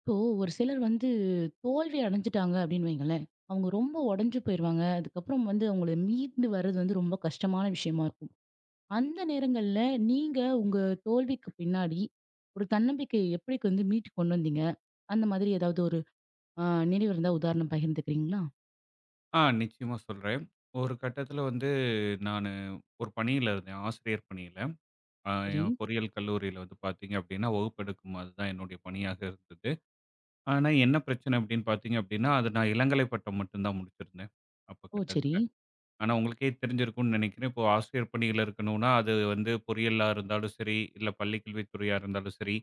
இப்போ ஒரு சிலர் வந்து தோல்வி அடைஞ்சுட்டாங்க அப்படின்னு வைங்களேன். அவங்க ரொம்ப உடைஞ்சு போயிருவாங்க. அதுக்கப்புறம் வந்து அவங்கள மீண்டு வர்றது வந்து ரொம்ப கஷ்டமான விஷயமா இருக்கும். அந்த நேரங்கள்ல நீங்க உங்க தோல்விக்கு பின்னாடி ஒரு தன்னம்பிக்கையை எப்படி வந்து மீட்டு கொண்டு வந்தீங்க? அந்த மாதிரி ஏதாவது ஒரு அ நினைவு இருந்தா உதாரணம் பகிர்ந்துக்கிறீங்களா? நிச்சயமா சொல்றேன். ஒரு கட்டத்தில வந்து நானு ஒரு பணியில இருந்தேன். ஆசிரியர் பணியில. அ சரி. என் பொறியியல் கல்லூரியில வந்து பார்த்தீங்க அப்டின்னா, வகுப்பெடுக்கும் அதுதான் என்னுடைய பணியாக இருந்தது. ஆனா என்ன பிரச்சனை அப்டின்னு பார்த்தீங்க அப்டின்னா, அது நான் இளங்கலை பட்டம் மட்டும் தான் முடிச்சிருந்தேன். அப்ப ஓ! சரி. கட்டத்தில. ஆனா உங்களுக்கே தெரிஞ்சிருக்கும்னு நினைக்கிறேன். இப்போ ஆசிரியர் பணியில இருக்கணும்னா, அது வந்து பொறியியலா இருந்தாலும் சரி, இல்ல பள்ளிக் கல்வித்துறையா இருந்தாலும் சரி,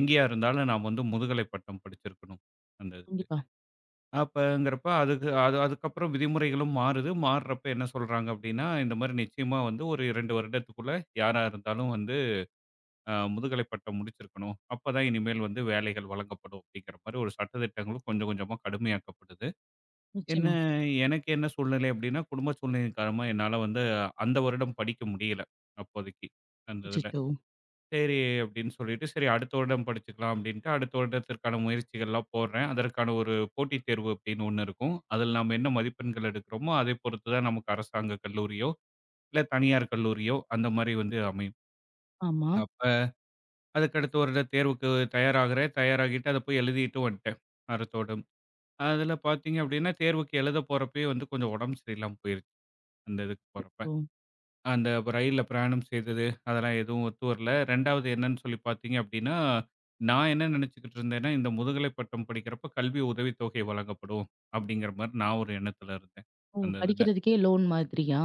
எங்கேயா இருந்தாலும் நாம் வந்து முதுகலை பட்டம் படிச்சிருக்கணும். அந்த இதுக்கு. கண்டிப்பா. அப்பங்கிறப்ப அதுக்கு அது அதுக்கப்புறம் விதிமுறைகளும் மாறுது. மாறுறப்ப என்ன சொல்றாங்க அப்டின்னா, இந்த மாரி நிச்சயமா வந்து ஒரு 2 வருடத்துக்குள்ள யாரா இருந்தாலும் வந்து முதுகலை பட்டம் முடிச்சிருக்கணும். அப்பதான் இனிமேல் வந்து வேலைகள் வழங்கப்படும் அப்டிங்கிற மாரி ஒரு சட்டதிட்டங்களும் கொஞ்சம் கொஞ்சமா கடுமையாக்கப்படுது. என்ன நிச்சயமா. எனக்கு என்ன சூழ்நிலை அப்டின்னா, குடும்ப சூழ்நிலை காரணமா என்னால வந்து அந்த வருடம் படிக்க முடியல அப்போதைக்கு அந்த இதுல. அச்சச்சோ! சரி அப்படின்னு சொல்லிட்டு, சரி அடுத்த வருடம் படிச்சுக்கலாம் அப்படின்ட்டு, அடுத்த வருடத்திற்கான முயற்சிகள்லாம் போடுறேன். அதற்கான ஒரு போட்டித் தேர்வு அப்படின்னு ஒண்ணு இருக்கும். அதில் நாம என்ன மதிப்பெண்கள் எடுக்கிறோமோ, அதை பொறுத்து தான் நமக்கு அரசாங்க கல்லூரியோ, இல்ல தனியார் கல்லூரியோ அந்த மாரி வந்து அமையும். ஆமா. அப்ப அதுக்கு அடுத்த வருடம் தேர்வுக்கு தயாராகுறேன். தயாராகிட்டு அத போய் எழுதிட்டும் வந்துட்டேன், அடுத்த வருடம். அதில பார்த்தீங்க அப்படின்னா, தேர்வுக்கு எழுத போறப்பயே வந்து கொஞ்சம் உடம்பு சரியில்லாம போயிருச்சு, அந்த இதுக்கு போறப்ப. ஓ! அந்த ரயில்ல பிரயாணம் செய்தது, அதெல்லாம் எதுவும் ஒத்து வரல. 2வது என்னன்னு சொல்லி பார்த்தீங்க அப்படின்னா, நான் என்ன நினைச்சுக்கிட்டு இருந்தேன்னா, இந்த முதுகலை பட்டம் படிக்கிறப்ப கல்வி உதவித்தொகை வழங்கப்படும் அப்படிங்கிற மாரி நான் ஒரு எண்ணத்துல இருந்தேன். ஓ! அந்த இதுல. படிக்கிறதுக்கே லோன் மாதிரியா?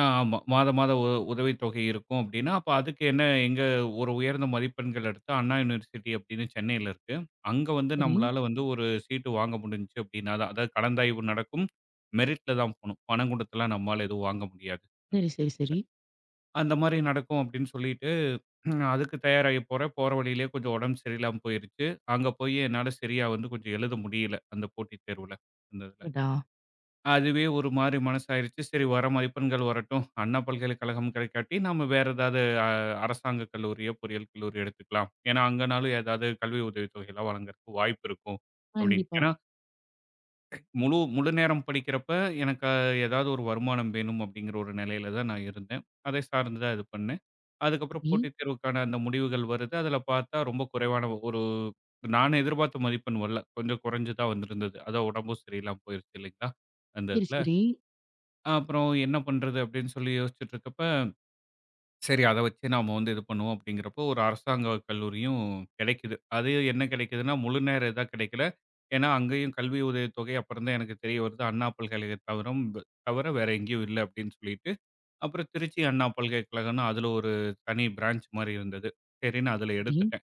ஆ ஆமா. மாதம் மாதம் உதவித்தொகை இருக்கும் அப்படின்னா, அப்ப அதுக்கு என்ன எங்க ஒரு உயர்ந்த மதிப்பெண்கள் எடுத்து அண்ணா யுனிவர்சிட்டி அப்படின்னு சென்னையில இருக்கு. அங்க வந்து சரி. நம்மளால வந்து ஒரு சீட்டு வாங்க முடிஞ்சுச்சு அப்படின்னா தான். அதாவது கலந்தாய்வு நடக்கும். மெரிட்ல தான் போணும். பணம் குடுத்துலாம் நம்மால எதுவும் வாங்க முடியாது. சரி, சரி, சரி. அந்த மாரி நடக்கும் அப்படின்னு சொல்லிட்டு ம். அதுக்கு தயாராகி போறேன். போற வழியிலேயே கொஞ்சம் உடம்பு சரியில்லாம போயிருச்சு. அங்க போய் என்னால சரியா வந்து கொஞ்சம் எழுத முடியல. அந்த போட்டித் தேர்வுல, அந்த இதுல. அடடா! அதுவே ஒரு மாரி மனசாயிருச்சு. சரி வர மதிப்பெண்கள் வரட்டும். அண்ணா பல்கலைக்கழகம் கிடைக்காட்டி, நாம வேற ஏதாவது அரசாங்க கல்லூரியோ, பொறியியல் கல்லூரி எடுத்துக்கலாம். ஏன்னா, அங்கனாலும் ஏதாவது கல்வி உதவித்தொகைலாம் வழங்குறதுக்கு வாய்ப்பு இருக்கும் அப்படின்னு. கண்டிப்பா. ஏன்னா முழு முழு நேரம் படிக்கிறப்ப எனக்கு ஏதாவது ஒரு வருமானம் வேணும் அப்படிங்கிற ஒரு நிலையில தான் நான் இருந்தேன். அதை சார்ந்து தான் இது பண்ணேன். அதுக்கப்புறம் சரி. போட்டித் தேர்வுக்கான அந்த முடிவுகள் வருது. அதில பார்த்தா ரொம்ப குறைவான ஒரு நான் எதிர்பார்த்த மதிப்பெண் வரல. கொஞ்சம் குறைஞ்சு தான் வந்திருந்தது. அதான் உடம்பும் சரியில்லாம போயிருச்சு இல்லைங்களா? அந்த சரி, இதில. சரி. அப்புறம் என்ன பண்றது அப்படின்னு சொல்லி யோசிச்சுட்டு இருக்கப்ப சரி. அத வச்சு நாம வந்து இது பண்ணுவோம் அப்படிங்கிறப்போ, ஒரு அரசாங்க கல்லூரியும் கெடைக்குது. அது என்ன கெடைக்குதுன்னா, முழு நேர இதா கெடைக்கல. ஏன்னா, அங்கேயும் கல்வி உதவித்தொகை அப்புறம் தான் எனக்கு தெரிய வருது. அண்ணா பல்கலை தவிர வேற எங்கேயும் இல்ல அப்படின்னு சொல்லிட்டு, அப்புறம் திருச்சி அண்ணா பல்கலைக்கழகம்னு அதுல ஒரு தனி பிரான்ச் மாரி இருந்தது. சரின்னு அதுல சரி. எடுத்துட்டேன்.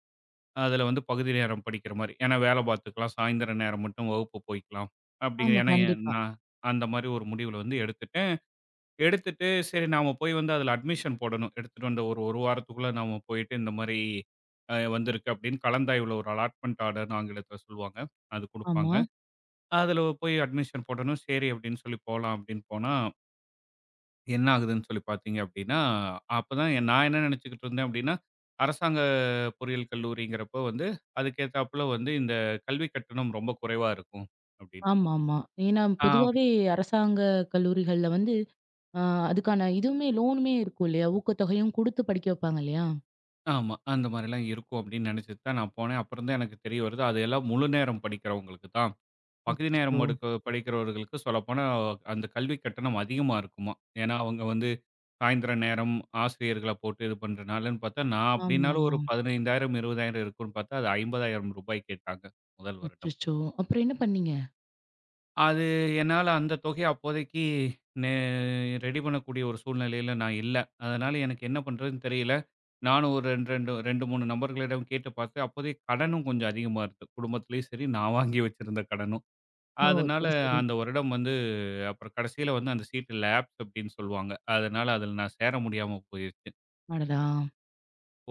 அதுல வந்து பகுதி நேரம் படிக்கிற மாரி. ஏன்னா வேல பார்த்துக்கலாம். சாயந்தர நேரம் மட்டும் வகுப்பு போய்க்கலாம். அப்படிங்க ஆமா. ஏன்னா, கண்டிப்பா. நான் அந்த மாரி ஒரு முடிவுல வந்து எடுத்துட்டேன். எடுத்துட்டு, சரி நாம போய் வந்து அதில அட்மிஷன் போடணும். எடுத்துட்டு வந்த ஒரு 1 வாரத்துக்குள்ள நாம போயிட்டு இந்த மாரி வந்திருக்கு அப்படின்னு கலந்தாய்வுல ஒரு அலாட்மென்ட் ஆர்டர்ன்னு ஆங்கிலத்தில சொல்லுவாங்க. அது குடுப்பாங்க. ஆமா. அதில போய் அட்மிஷன் போடணும். சரி அப்படின்னு சொல்லி போலாம் அப்படின்னு போனா, என்ன ஆகுதுன்னு சொல்லி பார்த்தீங்க அப்படின்னா, அப்பதான் நான் என்ன நினைச்சுக்கிட்டு இருந்தேன் அப்படின்னா, அரசாங்க பொறியியல் கல்லூரிங்கிறப்போ வந்து, அதுக்கு ஏத்தாப்புல வந்து இந்த கல்வி கட்டணம் ரொம்ப குறைவா இருக்கும் அப்படின்னு. ஆமாமா. ஏன்னா பொதுவாவே அரசாங்க கல்லூரிகள்ல வந்து, அ அதுக்கான இதுவுமே லோனுமே இருக்கும் இல்லையா? ஊக்கத்தொகையும் குடுத்து படிக்க வைப்பாங்க இல்லையா? ஆமா. அந்த மாரிலாம் இருக்கும் அப்படின்னு நினைச்சுட்டு தான் நான் போனேன். அப்புறம் தான் எனக்கு தெரிய வருது. அது எல்லாம் முழு நேரம் படிக்கிறவங்களுக்கு தான். பகுதி நேரம் அச்சச்சோ! படிக்கிறவர்களுக்கு சொல்லப்போனா அந்த கல்வி கட்டணம் அதிகமா இருக்குமாம். ஏன்னா, அவங்க வந்து சாயந்திர நேரம் ஆசிரியர்கள போட்டு இது பண்றனாலன்னு பார்த்தா, நான் அப்படின்னாலும் ஆமாமா. ஒரு 15,000 20,000 இருக்கும்ன்னு பார்த்தா, அது ரூ. 50,000 கேட்டாங்க முதல் வருடம். அச்சச்சோ! அப்புறம் என்ன பண்ணீங்க? அது என்னால அந்த தொகைய அப்போதைக்கு நே ரெடி பண்ணக்கூடிய ஒரு சூழ்நிலையில நான் இல்ல. அதனால எனக்கு என்ன பண்றதுன்னு தெரியல. நானும் ஒரு 2, 2 2, 3 நபர்களிடம் கேட்டு பார்த்தேன். அப்போதைக்கு கடனும் கொஞ்சம் அதிகமா இருக்கு. குடும்பத்திலயும் சரி, நான் வாங்கி வச்சிருந்த கடனும். ஓ! அதனால சரி, சரி. அந்த வருடம் வந்து அப்புறம் கடைசியில வந்து அந்த சீட்டு லேப்ஸ் அப்படின்னு சொல்லுவாங்க. அதனால அதுல நான் சேர முடியாம போயிருச்சு. அந்த அடடா! இதுல.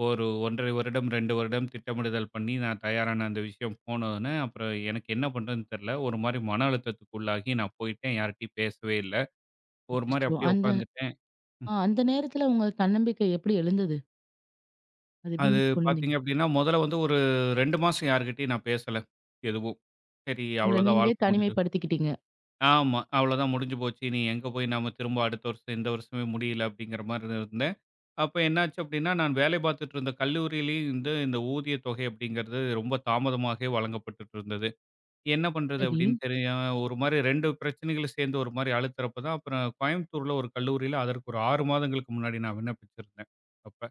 ஒரு 1 1/2 வருடம், 2 வருடம் திட்டமிடுதல் பண்ணி நான் தயாரான அந்த விஷயம் போனோனே, அப்புறம் எனக்கு என்ன பண்றதுன்னு தெரியல. ஒரு மாரி மன அழுத்தத்துக்கு உள்ளாகி நான் போயிட்டேன். யார்ட்டயும் பேசவே இல்ல. ஒரு மாரி அச்சச்சோ! அப்படியே அந்த உட்காந்துட்டேன். அந்த நேரத்துல உங்க தன்னம்பிக்கை எப்படி எழுந்தது? அது எப்படி அது மீட்டு கொண்டு வந்தீங்க? பார்த்தீங்க அப்படின்னா, முதல்ல வந்து ஒரு 2 மாசம் யார்கிட்டயும் நான் பேசல, எதுவும். சரி உங்கள அவ்வளோதான் நீங்களே வாழ்க்கை முடிஞ்சு தனிமைப்படுத்திக்கிட்டீங்க. ஆமா. அவ்வளோதான் முடிஞ்சு போச்சு. இனி எங்க போய் நாம திரும்ப அடுத்த வருஷம், இந்த வருஷமே முடியல அப்படிங்கிற மாரி இருந்தேன். அப்ப என்னாச்சு அப்படின்னா, நான் வேலை பார்த்துட்டு இருந்த கல்லூரியிலேயும் வந்து இந்த ஊதிய தொகை அப்படிங்கிறது ரொம்ப தாமதமாகவே வழங்கப்பட்டுட்டு இருந்தது. என்ன பண்றது சரி. அப்படின்னு தெரியாம ஒரு மாரி 2 பிரச்சனைகளும் சேர்ந்து ஒரு மாரி அழுத்துறப்ப தான், அப்புறம் கோயம்புத்தூர்ல ஒரு கல்லூரியில அதற்கு ஒரு 6 மாதங்களுக்கு முன்னாடி நான் விண்ணப்பிச்சிருந்தேன். அப்ப.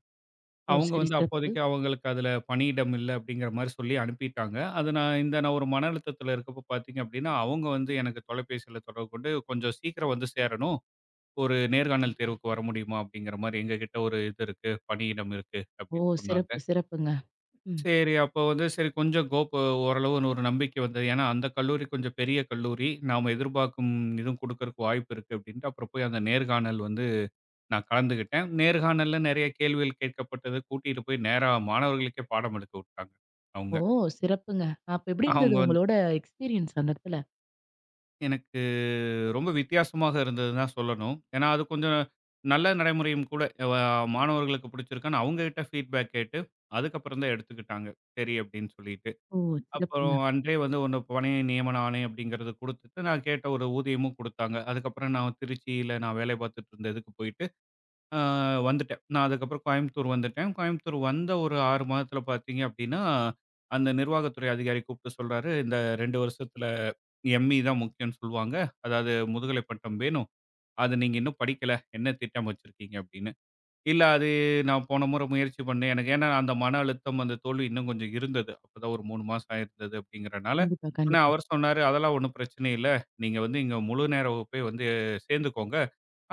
ஓ! அவங்க சரி வந்து சிறப்பு. அப்போதைக்கு அவங்களுக்கு அதுல பணியிடம் இல்ல அப்படிங்கிற மாரி சொல்லி அனுப்பிட்டாங்க. அது நான் ஒரு மன அழுத்தத்துல இருக்கப்ப பார்த்தீங்க அப்படின்னா, அவங்க வந்து எனக்கு தொலைபேசியில தொடர்பு கொண்டு "கொஞ்சம் சீக்கிரம் வந்து சேரணும். ஒரு நேர்காணல் தேர்வுக்கு வர முடியுமா?" அப்படிங்கிற மாரி எங்ககிட்ட ஒரு இது இருக்கு, பணியிடம் இருக்கு ஓ! அப்படின்னு சொன்னாங்க. சிறப்பு, சிறப்புங்க. ம். சரி. அப்போ வந்து சரி கொஞ்சம் ஓரளவு ஒரு நம்பிக்கை வந்தது. ஏன்னா, அந்த கல்லூரி கொஞ்சம் பெரிய கல்லூரி. நாம எதிர்பார்க்கும் இதுவும் குடுக்கறக்கு வாய்ப்பு இருக்கு அப்டின்ட்டு, அப்புறம் போய் அந்த நேர்காணல் வந்து நான் கலந்துகிட்டேன். நேர்காணல்ல நெறைய கேள்விகள் கேட்கப்பட்டது. கூட்டிட்டு போய் நேரா மாணவர்களுக்கே பாடம் எடுக்க விட்டாங்க அவுங்க. ஓ! ம். சிறப்புங்க. அப்ப எப்படி அவுங்க இருந்தது வந்து உங்களோட எக்ஸ்பீரியன்ஸ் அந்த இடத்துல? எனக்கு ரொம்ப வித்தியாசமாக இருந்ததுன்னு தான் சொல்லணும். ஏன்னா, அது கொஞ்சம் நல்ல நடைமுறையும் கூட. வ மாணவர்களுக்கு பிடிச்சிருக்கான்னு அவுங்ககிட்ட ஃபீட்பேக் கேட்டு, அதுக்கப்புறம் தான் எடுத்துக்கிட்டாங்க. சரி அப்டின்னு சொல்லிட்டு. ஓ! சிறப்புங்க. அப்புறம் அன்றே வந்து ஒண்ணு பணி நியமன ஆணை அப்படிங்கிறது குடுத்துட்டு, நான் கேட்ட ஒரு ஊதியமும் குடுத்தாங்க. அதுக்கப்புறம் நான் திருச்சியில நான் வேலை பார்த்துட்டு இருந்த இதுக்கு போயிட்டு, அ வந்துட்டேன். அதுக்கப்புறம் கோயம்புத்தூர் வந்துட்டேன். கோயம்புத்தூர் வந்த ஒரு 6 மாதத்துல பார்த்தீங்க அப்படின்னா, அந்த நிர்வாகத்துறை அதிகாரி கூப்பிட்டு சொல்றாரு, "இந்த 2 வருஷத்துல எம்.இ தான் முக்கியம்னு சொல்லுவாங்க. அதாவது முதுகலை பட்டம் வேணும். அது நீங்க இன்னும் படிக்கல. என்ன திட்டம் வச்சிருக்கீங்க?" அப்படின்னு. இல்ல அது நான் போன முறை முயற்சி பண்ணேன். எனக்கு ஏன்னா அந்த மன அழுத்தம், அந்த தோல்வி இன்னும் கொஞ்சம் இருந்தது. அப்பதான் ஒரு 3 மாசம் ஆயிருந்தது அப்படிங்கிறனால. கண்டிப்பா, ஆனா கண்டிப்பா. அவர் சொன்னாரு, "அதெல்லாம் ஒண்ணும் பிரச்சனை இல்ல. நீங்க வந்து இங்க முழு நேர வகுப்பே வந்து சேர்ந்துக்கோங்க.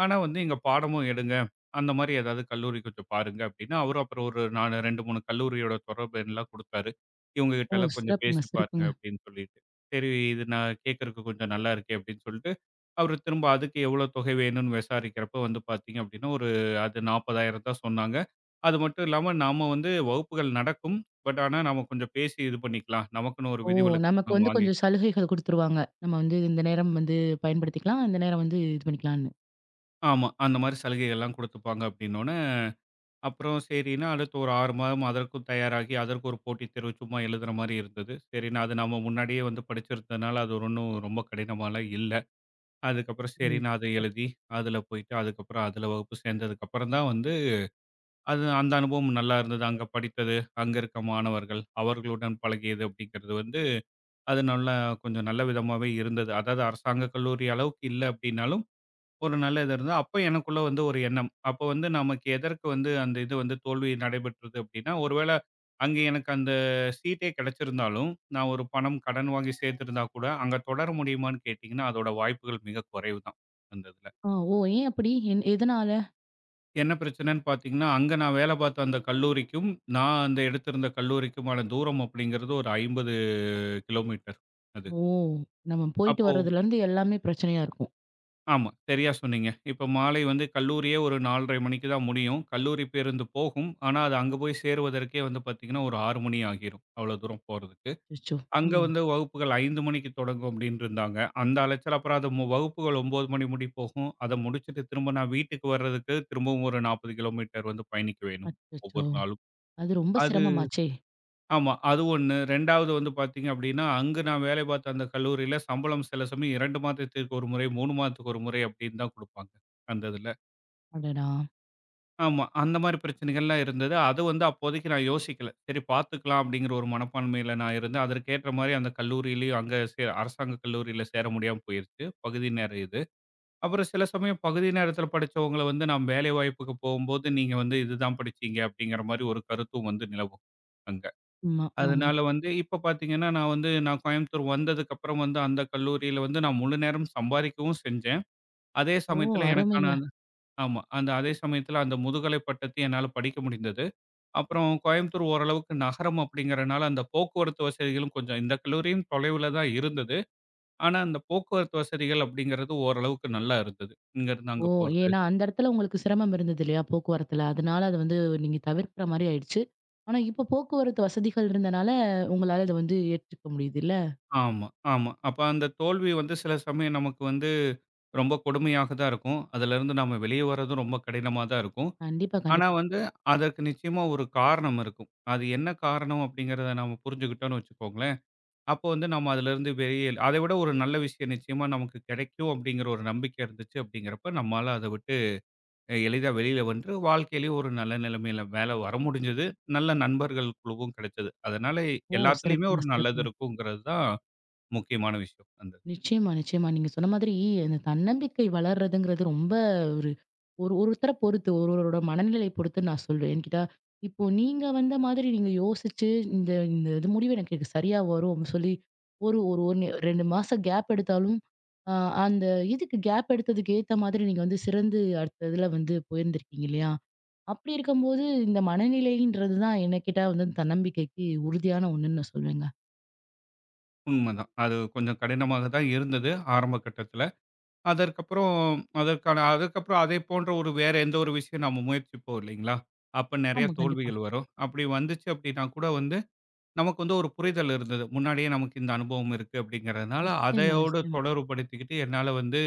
ஆனா வந்து இங்க பாடமும் எடுங்க. அந்த மாரி ஏதாவது கல்லூரி கொஞ்சம் பாருங்க" அப்படின்னு அவரும் அப்புறம் ஒரு 4 2, 3 கல்லூரியோட தொடர்பு எண்லாம் குடுத்தாரு. "இவங்க ஓ! கிட்டலாம் கொஞ்சம் சிறப்புங்க, பேசி பாருங்க" சிறப்புங்க. அப்படின்னு சொல்லிட்டு. சரி இது நான் கேட்கறக்கு கொஞ்சம் நல்லா இருக்கே அப்படின்னு சொல்லிட்டு அவரு திரும்ப அதுக்கு எவ்வளோ தொகை வேணும்னு விசாரிக்கிறப்போ வந்து பார்த்தீங்க அப்படின்னா, ஒரு அது 40,000 தான் சொன்னாங்க. அது மட்டும் இல்லாம நாம வந்து வகுப்புகள் நடக்கும். பட் ஆனா நாம கொஞ்சம் பேசி இது பண்ணிக்கலாம். நமக்குன்னு ஒரு ஓ! விதிவிலக்கு நமக்கு நம்ம வந்து கொஞ்சம் வாங்கிக்கலாம். சலுகைகள் குடுத்துருவாங்க. நம்ம வந்து இந்த நேரம் வந்து பயன்படுத்திக்கலாம். இந்த நேரம் வந்து இது பண்ணிக்கலான்னு. ஆமா. அந்த மாரி சலுகைகள்லாம் குடுத்துப்பாங்க அப்படின்னோன, அப்புறம் சரின்னு அடுத்து ஒரு 6 மாதம் அதற்கும் தயாராகி, அதற்கு ஒரு போட்டித் தேர்வு சும்மா எழுதுற மாரி இருந்தது. சரின்னு அது நம்ம முன்னாடியே வந்து படிச்சிருந்ததுனால அது ஒண்ணும் ரொம்ப கடினமாலாம் இல்ல. அதுக்கப்புறம் ம். சரின்னு அத எழுதி, அதுல போயிட்டு அதுக்கப்புறம் அதுல வகுப்பு சேர்ந்ததுக்கப்புறம் தான் வந்து அது அந்த அனுபவம் நல்லா இருந்தது. அங்க படித்தது, அங்க இருக்க மாணவர்கள், அவர்களுடன் பழகியது அப்படிங்கிறது வந்து, அது நல்லா கொஞ்சம் நல்ல விதமாவே இருந்தது. அதாவது அரசாங்க கல்லூரி அளவுக்கு இல்ல அப்படின்னாலும், ஒரு நல்ல இது இருந்தது. அப்ப எனக்குள்ள வந்து ஒரு எண்ணம். அப்ப வந்து நமக்கு எதற்கு வந்து அந்த இது வந்து தோல்வி நடைபெற்றது அப்படின்னா, ஒருவேள அங்க எனக்கு அந்த சீட்டே கிடைச்சிருந்தாலும், நான் ஒரு பணம் கடன் வாங்கி சேர்த்திருந்தா கூட, அங்க தொடர முடியுமான்னு கேட்டீங்கன்னா, அதோட வாய்ப்புகள் மிக குறைவு தான் அந்த இதுல. ஆ, ஓ! ஏன் அப்படி? எதனால? என்ன பிரச்சனன்னு பார்த்தீங்கன்னா, அங்க நான் வேலை பார்த்த அந்த கல்லூரிக்கும், நான் அந்த எடுத்திருந்த கல்லூரிக்குமான தூரம் அப்படிங்கிறது ஒரு 50 கிலோமீட்டர் அது. ஓ! நம்ம போயிட்டு அப்போ வர்றதுலருந்து எல்லாமே பிரச்சனையா இருக்கும். ஆமா, சரியா சொன்னீங்க. இப்ப மாலை வந்து கல்லூரியே ஒரு 4:30 மணிக்கு தான் முடியும். கல்லூரி பேருந்து போகும். ஆனா, அது அங்க போய் சேருவதற்கே வந்து பார்த்தீங்கன்னா, ஒரு 6 மணி ஆகிரும். அவ்வளோ தூரம் போறதுக்கு. அச்சச்சோ! அங்க ம். வந்து வகுப்புகள் 5 மணிக்கு தொடங்கும் அப்படின்ருந்தாங்க. அந்த அலைச்சல் அப்புறம் அது வகுப்புகள் 9 மணி முடி போகும். அத முடிச்சுட்டு திரும்ப நான் வீட்டுக்கு வர்றதுக்கு திரும்பவும் ஒரு 40 கிலோமீட்டர் வந்து பயணிக்க வேணும் அச்சச்சோ! ஒவ்வொரு நாளும். அது ரொம்ப அது சிரமமாச்சே! ஆமா. அது 1. 2வது வந்து பார்த்தீங்க அப்படின்னா, அங்கு நான் வேலை பார்த்த அந்த கல்லூரியில சம்பளம் சில சமயம் 2 மாதத்திற்கு 1 முறை, 3 மாதத்துக்கு 1 முறை அப்படின்னு தான் குடுப்பாங்க. அந்த இதுல. அடடா! ஆமா. அந்த மாரி பிரச்சனைகள்லாம் இருந்தது. அது வந்து அப்போதைக்கு நான் யோசிக்கல. சரி பார்த்துக்கலாம் அப்படிங்கிற ஒரு மனப்பான்மையில நான் இருந்தேன். அதற்கேற்ற மாரி அந்த கல்லூரியிலயும் அங்க அரசாங்க கல்லூரியில சேர முடியாம போயிருச்சு. பகுதி நேர இது. அப்புறம் சில சமயம் பகுதி நேரத்தில படிச்சவங்கள வந்து நான் வேலைவாய்ப்புக்கு போகும்போது, நீங்க வந்து இதுதான் படிச்சீங்க அப்படிங்கிற மாரி ஒரு கருத்தும் வந்து நிலவும். அங்க. ஆமா, ஆமா. அதனால வந்து இப்ப பார்த்தீங்கன்னா, நான் கோயம்புத்தூர் வந்ததுக்கப்புறம் வந்து அந்த கல்லூரியில வந்து நான் முழு நேரம் சம்பாதிக்கவும் செஞ்சேன். அதே ஓ! சமயத்தில எனக்கான அருமைங்க. அந்த ஆமா. அந்த அதே சமயத்தில அந்த முதுகலை பட்டத்தை என்னால படிக்க முடிந்தது. அப்புறம் கோயம்புத்தூர் ஓரளவுக்கு நகரம் அப்படிங்கிறனால அந்த போக்குவரத்து வசதிகளும் கொஞ்சம் இந்த கல்லூரியும் தொலைவில தான் இருந்தது. ஆனா, அந்த போக்குவரத்து வசதிகள் அப்படிங்கிறது ஓரளவுக்கு நல்லா இருந்தது. இங்கருந்து ஓ! அங்க போறது. ஏன்னா அந்த இடத்துல உங்களுக்கு சிரமம் இருந்தது இல்லையா? போக்குவரத்துல. அதனால அது வந்து நீங்க தவிர்க்கிற மாரி ஆயிடுச்சு. ஆனா இப்போ போக்குவரத்து வசதிகள் இருந்தனால, உங்களால அத வந்து ஏற்றுக்க முடியுதுல்ல? ஆமா, ஆமா. அப்ப அந்த தோல்வி வந்து சில சமயம் நமக்கு வந்து ரொம்ப கொடுமையாக தான் இருக்கும். அதிலிருந்து நாம வெளிய வர்றதும் ரொம்ப கடினமா தான் இருக்கும். கண்டிப்பா, ஆனா கண்டிப்பா. வந்து, அதற்கு நிச்சயமா ஒரு காரணம் இருக்கும். அது என்ன காரணம் அப்படிங்கிறத நாம புரிஞ்சுக்கிட்டோம்னு வச்சுக்கோங்களேன், அப்போ வந்து நம்ம அதிலிருந்து வெளியில் அதை விட ஒரு நல்ல விஷயம் நிச்சயமா நமக்கு கிடைக்கும் அப்படிங்கிற ஒரு நம்பிக்கை இருந்துச்சு அப்படிங்கிறப்ப, நம்மால அதை விட்டு எளிதா வெளியில வந்து வாழ்க்கையிலயும் ஒரு நல்ல நிலைமையில மேல வர முடிஞ்சது. நல்ல நண்பர்கள் குழுவும் கிடைச்சது. அதனால ஓ! எல்லாத்துலயுமே சிறப்புங்க, ஒரு நல்லது சிறப்புங்க. இருக்குங்கிறது தான் முக்கியமான விஷயம். அந்த நிச்சயமா, நிச்சயமா. நீங்க சொன்ன மாதிரி அந்த தன்னம்பிக்கை வளர்றதுங்கிறது ரொம்ப ஒரு ஒரு ஒருத்தர பொறுத்து, ஒருவரோட மனநிலை பொறுத்துன்னு நான் சொல்வேன். என்கிட்ட இப்போ நீங்க வந்த மாதிரி நீங்க யோசிச்சு, இந்த இந்த இது முடிவு எனக்கு இது சரியா வரும் அப்படின்னு சொல்லி, ஒரு ஒரு 1 2 மாசம் கேப் எடுத்தாலும், அ அந்த இதுக்கு கேப் எடுத்ததுக்கு ஏத்த மாதிரி நீங்க வந்து சிறந்து அடுத்த இதுல வந்து போயிருந்திருக்கீங்க இல்லையா? அப்படி இருக்கும்போது இந்த மனநிலைன்றது தான் என்ன கேட்டா வந்து தன்னம்பிக்கைக்கு உறுதியான ஒண்ணுன்னு நான் சொல்வேங்க. உண்மதான். அது கொஞ்சம் கடினமாக தான் இருந்தது ஆரம்ப கட்டத்தில. அதற்கப்புறம் அதற்கப்புறம் அதே போன்ற ஒரு வேற எந்த ஒரு விஷயம் நம்ம முயற்சிப்போம் இல்லைங்களா? அப்ப நெறைய ஆமா, கண்டிப்பா. தோல்விகள் வரும். அப்படி வந்துச்சு அப்படின்னா கூட வந்து, நமக்கு வந்து ஒரு புரிதல் இருந்தது. முன்னாடியே நமக்கு இந்த அனுபவம் இருக்கு அப்படிங்கிறதுனால, நிச்சயமா, அதையோடு நிச்சயமா. தொடர்புபடுத்திக்கிட்டு என்னால வந்து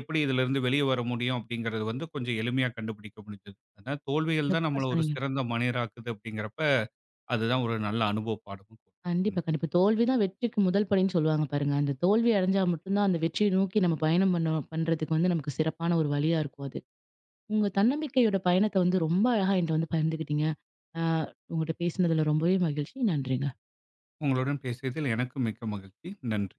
எப்படி இதிலிருந்து வெளிய வர முடியும் அப்படிங்கிறது வந்து கொஞ்சம் எளிமையா கண்டுபிடிக்க முடிஞ்சது. அதனால தோல்விகள் தான் சிறப்பா நம்மள ஒரு சொன்னீங்க. சிறந்த மனிதராக்குது அப்படிங்கிறப்ப, அதுதான் ஒரு நல்ல அனுபவ பாடமும் கூட. கண்டிப்பா, ம். கண்டிப்பா. தோல்வி தான் வெற்றிக்கு முதல் படின்னு சொல்லுவாங்க பாருங்க. அந்த தோல்வி அடைஞ்சா மட்டும் தான் அந்த வெற்றியை நோக்கி நம்ம பயணம் பண்ண பண்றதுக்கு வந்து நமக்கு சிறப்பான ஒரு வழியா இருக்கும் அது. உங்க தன்னம்பிக்கையோட பயணத்த வந்து ரொம்ப அழகா என்ட்ட வந்து பகிர்ந்துக்கிட்டீங்க. ஆ உங்கட்ட பேசினதுல ரொம்பவே மகிழ்ச்சி. நன்றிங்க. உங்களுடன் பேசியதில் எனக்கு மிக்க மகிழ்ச்சி. நன்றி.